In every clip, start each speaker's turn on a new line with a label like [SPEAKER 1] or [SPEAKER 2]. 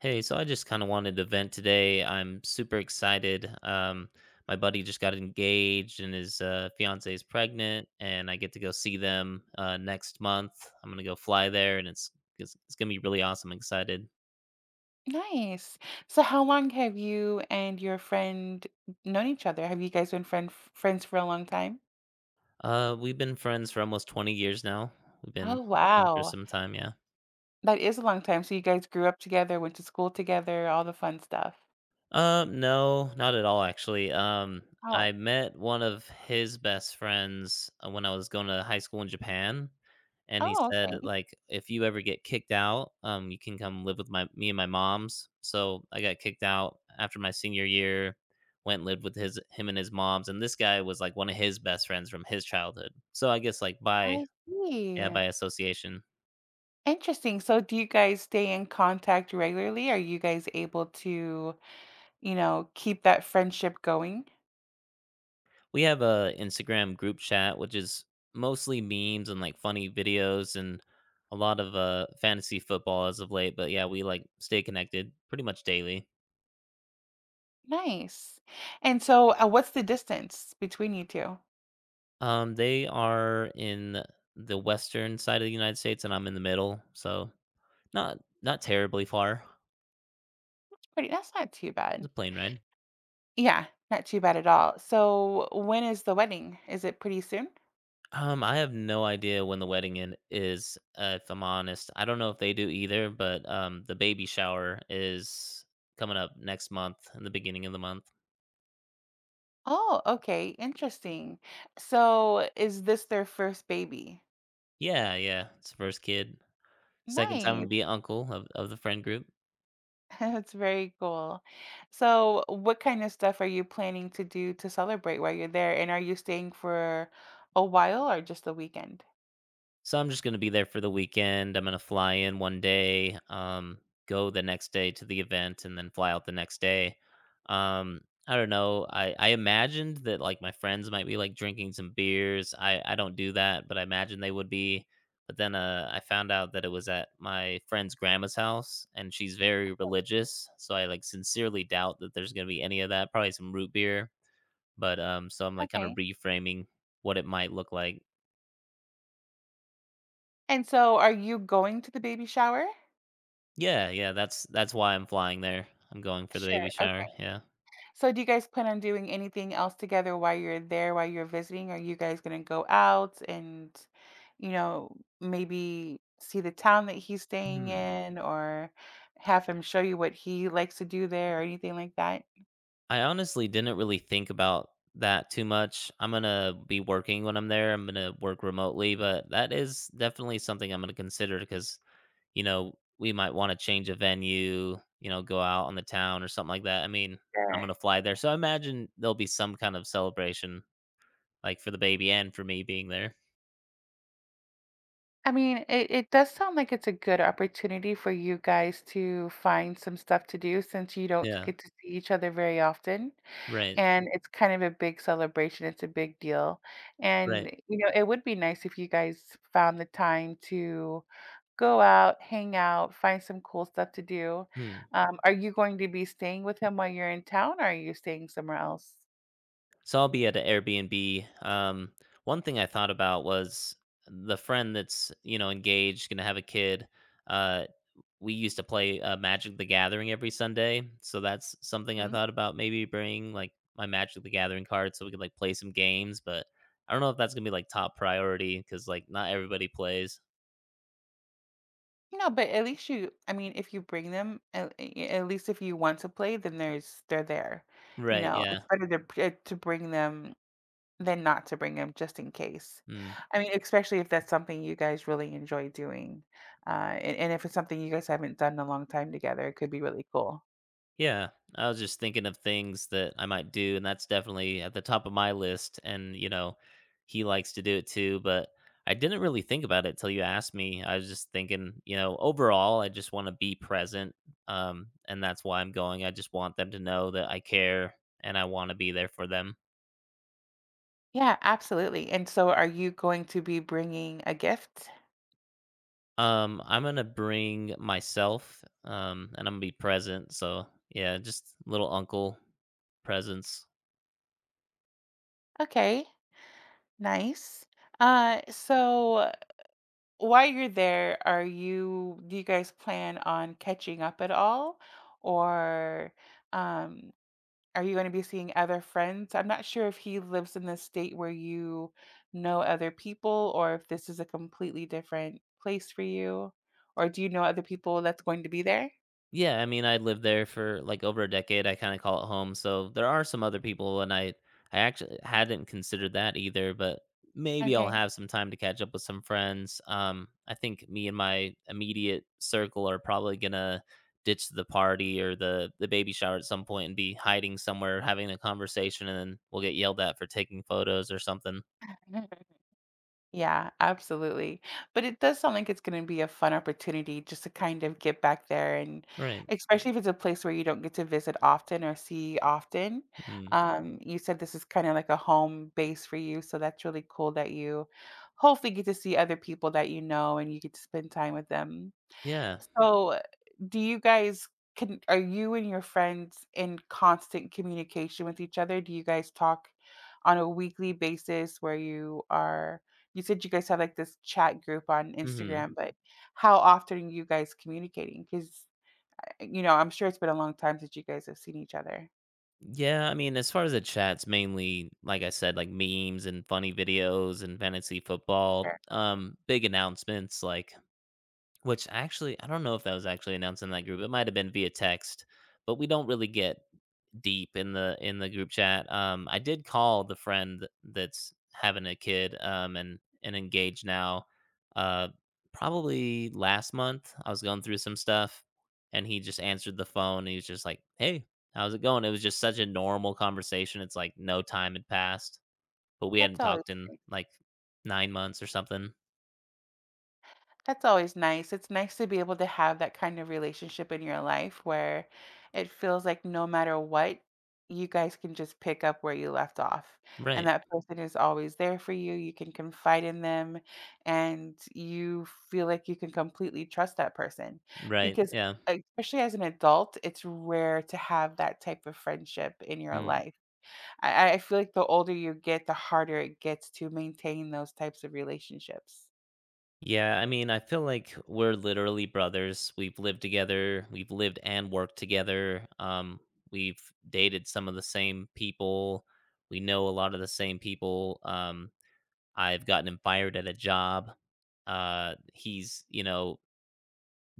[SPEAKER 1] Hey, so I just kind of wanted to vent today. I'm super excited. My buddy just got engaged and his fiance is pregnant, and I get to go see them next month. I'm gonna go fly there, and it's gonna be really awesome. I'm excited.
[SPEAKER 2] Nice. So how long have you and your friend known each other? Have you guys been friends for a long time?
[SPEAKER 1] We've been friends for almost 20 years now. We've been
[SPEAKER 2] Oh,
[SPEAKER 1] friends for
[SPEAKER 2] wow.
[SPEAKER 1] some time, yeah.
[SPEAKER 2] That is a long time. So you guys grew up together, went to school together, all the fun stuff.
[SPEAKER 1] No, not at all actually.
[SPEAKER 2] Oh.
[SPEAKER 1] I met one of his best friends when I was going to high school in Japan, and he
[SPEAKER 2] Oh,
[SPEAKER 1] said
[SPEAKER 2] okay.
[SPEAKER 1] like, "If you ever get kicked out, you can come live with my me and my mom's." So I got kicked out after my senior year, went and lived with his him and his mom's, and this guy was like one of his best friends from his childhood. So I guess like by
[SPEAKER 2] I
[SPEAKER 1] yeah
[SPEAKER 2] see.
[SPEAKER 1] by association.
[SPEAKER 2] Interesting. So do you guys stay in contact regularly? Are you guys able to, you know, keep that friendship going?
[SPEAKER 1] We have a Instagram group chat, which is mostly memes and like funny videos and a lot of fantasy football as of late. But yeah, we like stay connected pretty much daily.
[SPEAKER 2] Nice. And so what's the distance between you two?
[SPEAKER 1] They are in the western side of the United States, and I'm in the middle, so not terribly far.
[SPEAKER 2] Pretty, that's not too
[SPEAKER 1] It's
[SPEAKER 2] bad.
[SPEAKER 1] a plane ride.
[SPEAKER 2] Yeah, not too bad at all. So, when is the wedding? Is it pretty soon?
[SPEAKER 1] I have no idea when the wedding in is. If I'm honest, I don't know if they do either. But the baby shower is coming up next month, in the beginning of the month.
[SPEAKER 2] Oh, okay, interesting. So, is this their first baby?
[SPEAKER 1] Yeah, yeah, it's the first kid. Second time
[SPEAKER 2] Nice.
[SPEAKER 1] would be uncle of the friend group.
[SPEAKER 2] That's very cool. So, what kind of stuff are you planning to do to celebrate while you're there? And are you staying for a while or just the weekend?
[SPEAKER 1] So I'm just gonna be there for the weekend. I'm gonna fly in one day, go the next day to the event, and then fly out the next day. Um, I don't know. I imagined that like my friends might be like drinking some beers. I don't do that, but I imagine they would be. But then I found out that it was at my friend's grandma's house, and she's very religious. So I like sincerely doubt that there's gonna be any of that. Probably some root beer. But, so I'm like kind of
[SPEAKER 2] Okay.
[SPEAKER 1] reframing what it might look like.
[SPEAKER 2] And so, are you going to the baby shower?
[SPEAKER 1] Yeah, yeah, that's why I'm flying there. I'm going for the baby
[SPEAKER 2] Sure.
[SPEAKER 1] shower. Yeah.
[SPEAKER 2] So do you guys plan on doing anything else together while you're there, while you're visiting? Are you guys gonna go out and, you know, maybe see the town that he's staying
[SPEAKER 1] Hmm.
[SPEAKER 2] in or have him show you what he likes to do there or anything like that?
[SPEAKER 1] I honestly didn't really think about that too much. I'm gonna be working when I'm there. I'm gonna work remotely, but that is definitely something I'm gonna consider because you know we might want to change a venue. You know, go out on the town or something like that. I mean, I'm gonna
[SPEAKER 2] Sure.
[SPEAKER 1] fly there, so I imagine there'll be some kind of celebration, like for the baby and for me being there.
[SPEAKER 2] I mean, it does sound like it's a good opportunity for you guys to find some stuff to do since you don't
[SPEAKER 1] Yeah.
[SPEAKER 2] get to see each other very often.
[SPEAKER 1] Right.
[SPEAKER 2] And it's kind of a big celebration, it's a big deal, and,
[SPEAKER 1] Right.
[SPEAKER 2] you know, it would be nice if you guys found the time to go out, hang out, find some cool stuff to do.
[SPEAKER 1] Hmm.
[SPEAKER 2] Are you going to be staying with him while you're in town, or are you staying somewhere else?
[SPEAKER 1] So I'll be at an Airbnb. One thing I thought about was the friend that's you know engaged, gonna have a kid. Uh, we used to play Magic the Gathering every Sunday, so that's something I
[SPEAKER 2] Mhm.
[SPEAKER 1] thought about maybe bringing like my Magic the Gathering card so we could like play some games. But I don't know if that's gonna be like top priority because like not everybody plays.
[SPEAKER 2] No, but at least you, I mean, if you bring them, at least if you want to play, then there's they're there, you
[SPEAKER 1] Right?
[SPEAKER 2] know?
[SPEAKER 1] Yeah.
[SPEAKER 2] It's better to p to bring them than not to bring them just in case.
[SPEAKER 1] Hmm.
[SPEAKER 2] I mean, especially if that's something you guys really enjoy doing, and if it's something you guys haven't done in a long time together, it could be really cool.
[SPEAKER 1] Yeah, I was just thinking of things that I might do, and that's definitely at the top of my list. And you know, he likes to do it too, but I didn't really think about it till you asked me. I was just thinking, you know, overall, I just want to be present, and that's why I'm going. I just want them to know that I care and I want to be there for them.
[SPEAKER 2] Yeah, absolutely, and so are you going to be bringing a gift?
[SPEAKER 1] I'm gonna bring myself, and I'm gonna be present. So yeah, just little uncle presence.
[SPEAKER 2] Okay, nice. So while you're there, are you, do you guys plan on catching up at all? Or, um are you gonna be seeing other friends? I'm not sure if he lives in the state where you know other people or if this is a completely different place for you, or do you know other people that's going to be there?
[SPEAKER 1] Yeah, I mean, I lived there for like over a decade. I kind of call it home. So there are some other people, and I actually hadn't considered that either. But maybe I'll
[SPEAKER 2] Okay.
[SPEAKER 1] have some time to catch up with some friends. I think me and my immediate circle are probably gonna ditch the party or the baby shower at some point and be hiding somewhere having a conversation, and then we'll get yelled at for taking photos or something.
[SPEAKER 2] Yeah, absolutely. But it does sound like it's going to be a fun opportunity just to kind of get back there and
[SPEAKER 1] Right.
[SPEAKER 2] especially if it's a place where you don't get to visit often or see often.
[SPEAKER 1] Hmm.
[SPEAKER 2] You said this is kind of like a home base for you, so that's really cool that you hopefully get to see other people that you know and you get to spend time with them.
[SPEAKER 1] Yeah.
[SPEAKER 2] So, do you guys, can, are you and your friends in constant communication with each other? Do you guys talk on a weekly basis where you are, you said you guys have like this chat group on
[SPEAKER 1] Hmm.
[SPEAKER 2] Instagram, but how often are you guys communicating? Because you know, I'm sure it's been a long time since you guys have seen each other.
[SPEAKER 1] Yeah, I mean, as far as the chat's mainly, like I said, like memes and funny videos and fantasy football.
[SPEAKER 2] Sure.
[SPEAKER 1] Big announcements, like which actually I don't know if that was actually announced in that group. It might have been via text, but we don't really get deep in the group chat. I did call the friend that's having a kid and engaged now. Uh, Probably last month, I was going through some stuff, and he just answered the phone. And he was just like, "Hey, how's it going?" It was just such a normal conversation. It's like no time had passed, but we hadn't
[SPEAKER 2] That's always
[SPEAKER 1] talked in like 9 months or something.
[SPEAKER 2] That's always nice. It's nice to be able to have that kind of relationship in your life where it feels like no matter what, you guys can just pick up where you left off. And
[SPEAKER 1] Right.
[SPEAKER 2] that person is always there for you. You can confide in them and you feel like you can completely trust that person.
[SPEAKER 1] Right.
[SPEAKER 2] Because,
[SPEAKER 1] Yeah.
[SPEAKER 2] especially as an adult, it's rare to have that type of friendship in your
[SPEAKER 1] Hmm.
[SPEAKER 2] life. I feel like the older you get, the harder it gets to maintain those types of relationships.
[SPEAKER 1] Yeah, I mean, I feel like we're literally brothers. We've lived together, we've lived and worked together. We've dated some of the same people. We know a lot of the same people. I've gotten him fired at a job. He's, you know,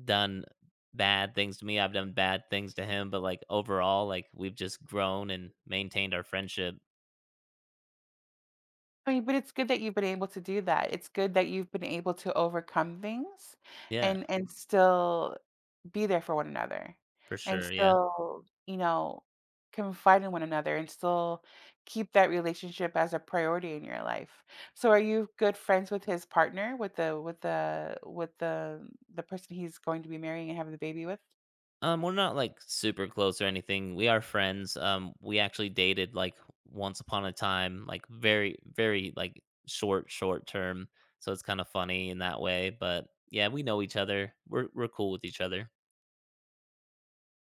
[SPEAKER 1] done bad things to me. I've done bad things to him, but like overall, like we've just grown and maintained our friendship.
[SPEAKER 2] I mean, but it's good that you've been able to do that. It's good that you've been able to overcome things
[SPEAKER 1] Yeah,
[SPEAKER 2] and still be there for one another
[SPEAKER 1] for
[SPEAKER 2] and
[SPEAKER 1] sure. Yeah.
[SPEAKER 2] still, you know, confide in one another and still keep that relationship as a priority in your life. So are you good friends with his partner, with the person he's going to be marrying and having the baby with?
[SPEAKER 1] We're not like super close or anything. We are friends. We actually dated like once upon a time, like very, very like short, short term. So it's kind of funny in that way. But yeah, we know each other. We're cool with each other.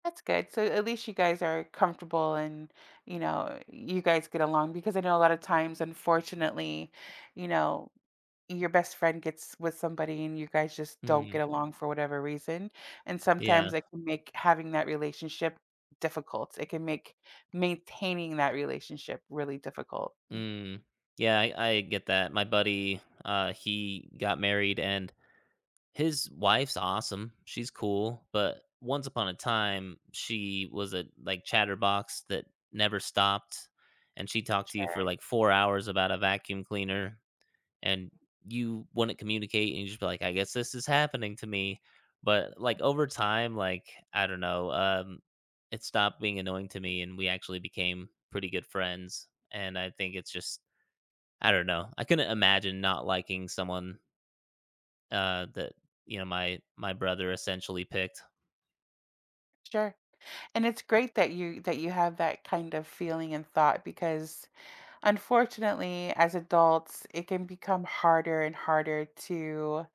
[SPEAKER 2] That's good. So at least you guys are comfortable and, you know, you guys get along because I know a lot of times, unfortunately, you know, your best friend gets with somebody and you guys just don't get
[SPEAKER 1] Mm,
[SPEAKER 2] along for whatever reason. And
[SPEAKER 1] yeah.
[SPEAKER 2] sometimes it can make having that relationship difficult. It can make maintaining that relationship really difficult.
[SPEAKER 1] Mm, yeah, I get that. My buddy, he got married and his wife's awesome. She's cool, but once upon a time, she was a like chatterbox that never stopped, and she talked to you for
[SPEAKER 2] Sure,
[SPEAKER 1] like 4 hours about a vacuum cleaner, and you wouldn't communicate, and you just be like, "I guess this is happening to me." But, like, over time, like, I don't know, it stopped being annoying to me, and we actually became pretty good friends, and I think it's just I don't know. I couldn't imagine not liking someone that, you know, my brother essentially picked.
[SPEAKER 2] sure. And it's great that you have that kind of feeling and thought because unfortunately, as adults, it can become harder and harder to,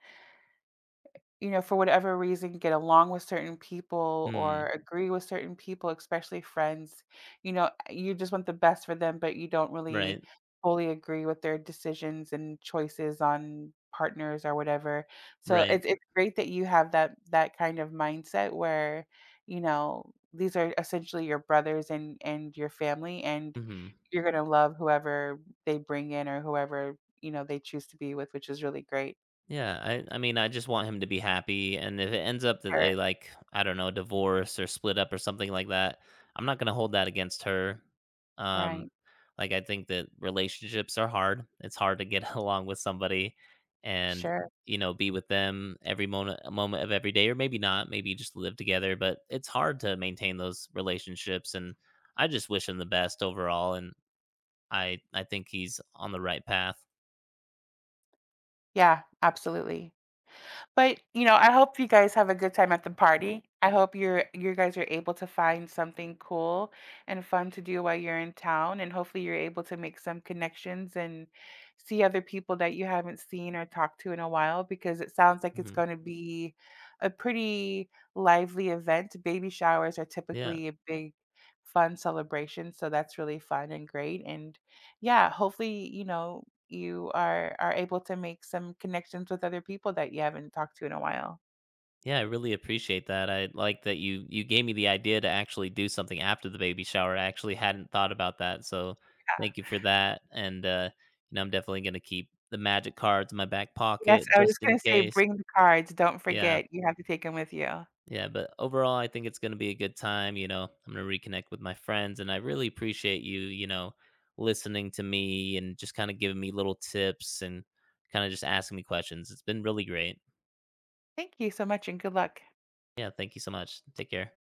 [SPEAKER 2] you know, for whatever reason, get along with certain people or
[SPEAKER 1] Mm,
[SPEAKER 2] agree with certain people, especially friends. You know, you just want the best for them, but you don't really
[SPEAKER 1] right,
[SPEAKER 2] fully agree with their decisions and choices on partners or whatever. So
[SPEAKER 1] right.
[SPEAKER 2] it's great that you have that kind of mindset where, you know, these are essentially your brothers and your family and
[SPEAKER 1] Mhm.
[SPEAKER 2] you're going to love whoever they bring in or whoever, you know, they choose to be with, which is really great.
[SPEAKER 1] Yeah, I mean, I just want him to be happy, and if it ends up that
[SPEAKER 2] Sure.
[SPEAKER 1] they, like, I don't know, divorce or split up or something like that, I'm not gonna hold that against her. Um,
[SPEAKER 2] Right.
[SPEAKER 1] like, I think that relationships are hard. It's hard to get along with somebody and,
[SPEAKER 2] Sure.
[SPEAKER 1] you know, be with them every moment of every day, or maybe not, maybe you just live together, but it's hard to maintain those relationships, and I just wish him the best overall, and I think he's on the right path.
[SPEAKER 2] Yeah, absolutely. But, you know, I hope you guys have a good time at the party. I hope you guys are able to find something cool and fun to do while you're in town, and hopefully you're able to make some connections and see other people that you haven't seen or talked to in a while because it sounds like it's
[SPEAKER 1] Mhm.
[SPEAKER 2] going to be a pretty lively event. Baby showers are
[SPEAKER 1] Yeah.
[SPEAKER 2] typically a big fun celebration, so that's really fun and great and yeah, hopefully, you know, you are able to make some connections with other people that you haven't talked to in a while.
[SPEAKER 1] Yeah, I really appreciate that. I like that you gave me the idea to actually do something after the baby shower. I actually hadn't thought about that, so
[SPEAKER 2] Yeah.
[SPEAKER 1] thank you for that. And you know, I'm definitely gonna keep the magic cards in my back
[SPEAKER 2] Yes,
[SPEAKER 1] pocket
[SPEAKER 2] I was
[SPEAKER 1] just
[SPEAKER 2] just
[SPEAKER 1] in
[SPEAKER 2] gonna say
[SPEAKER 1] case.
[SPEAKER 2] bring the cards, don't
[SPEAKER 1] Yeah,
[SPEAKER 2] forget, you have to take them with you.
[SPEAKER 1] yeah. But overall, I think it's gonna be a good time. You know, I'm gonna reconnect with my friends, and I really appreciate you. You know, listening to me and just kind of giving me little tips and kind of just asking me questions. It's been really great.
[SPEAKER 2] Thank you so much and good luck.
[SPEAKER 1] Yeah, thank you so much. Take care.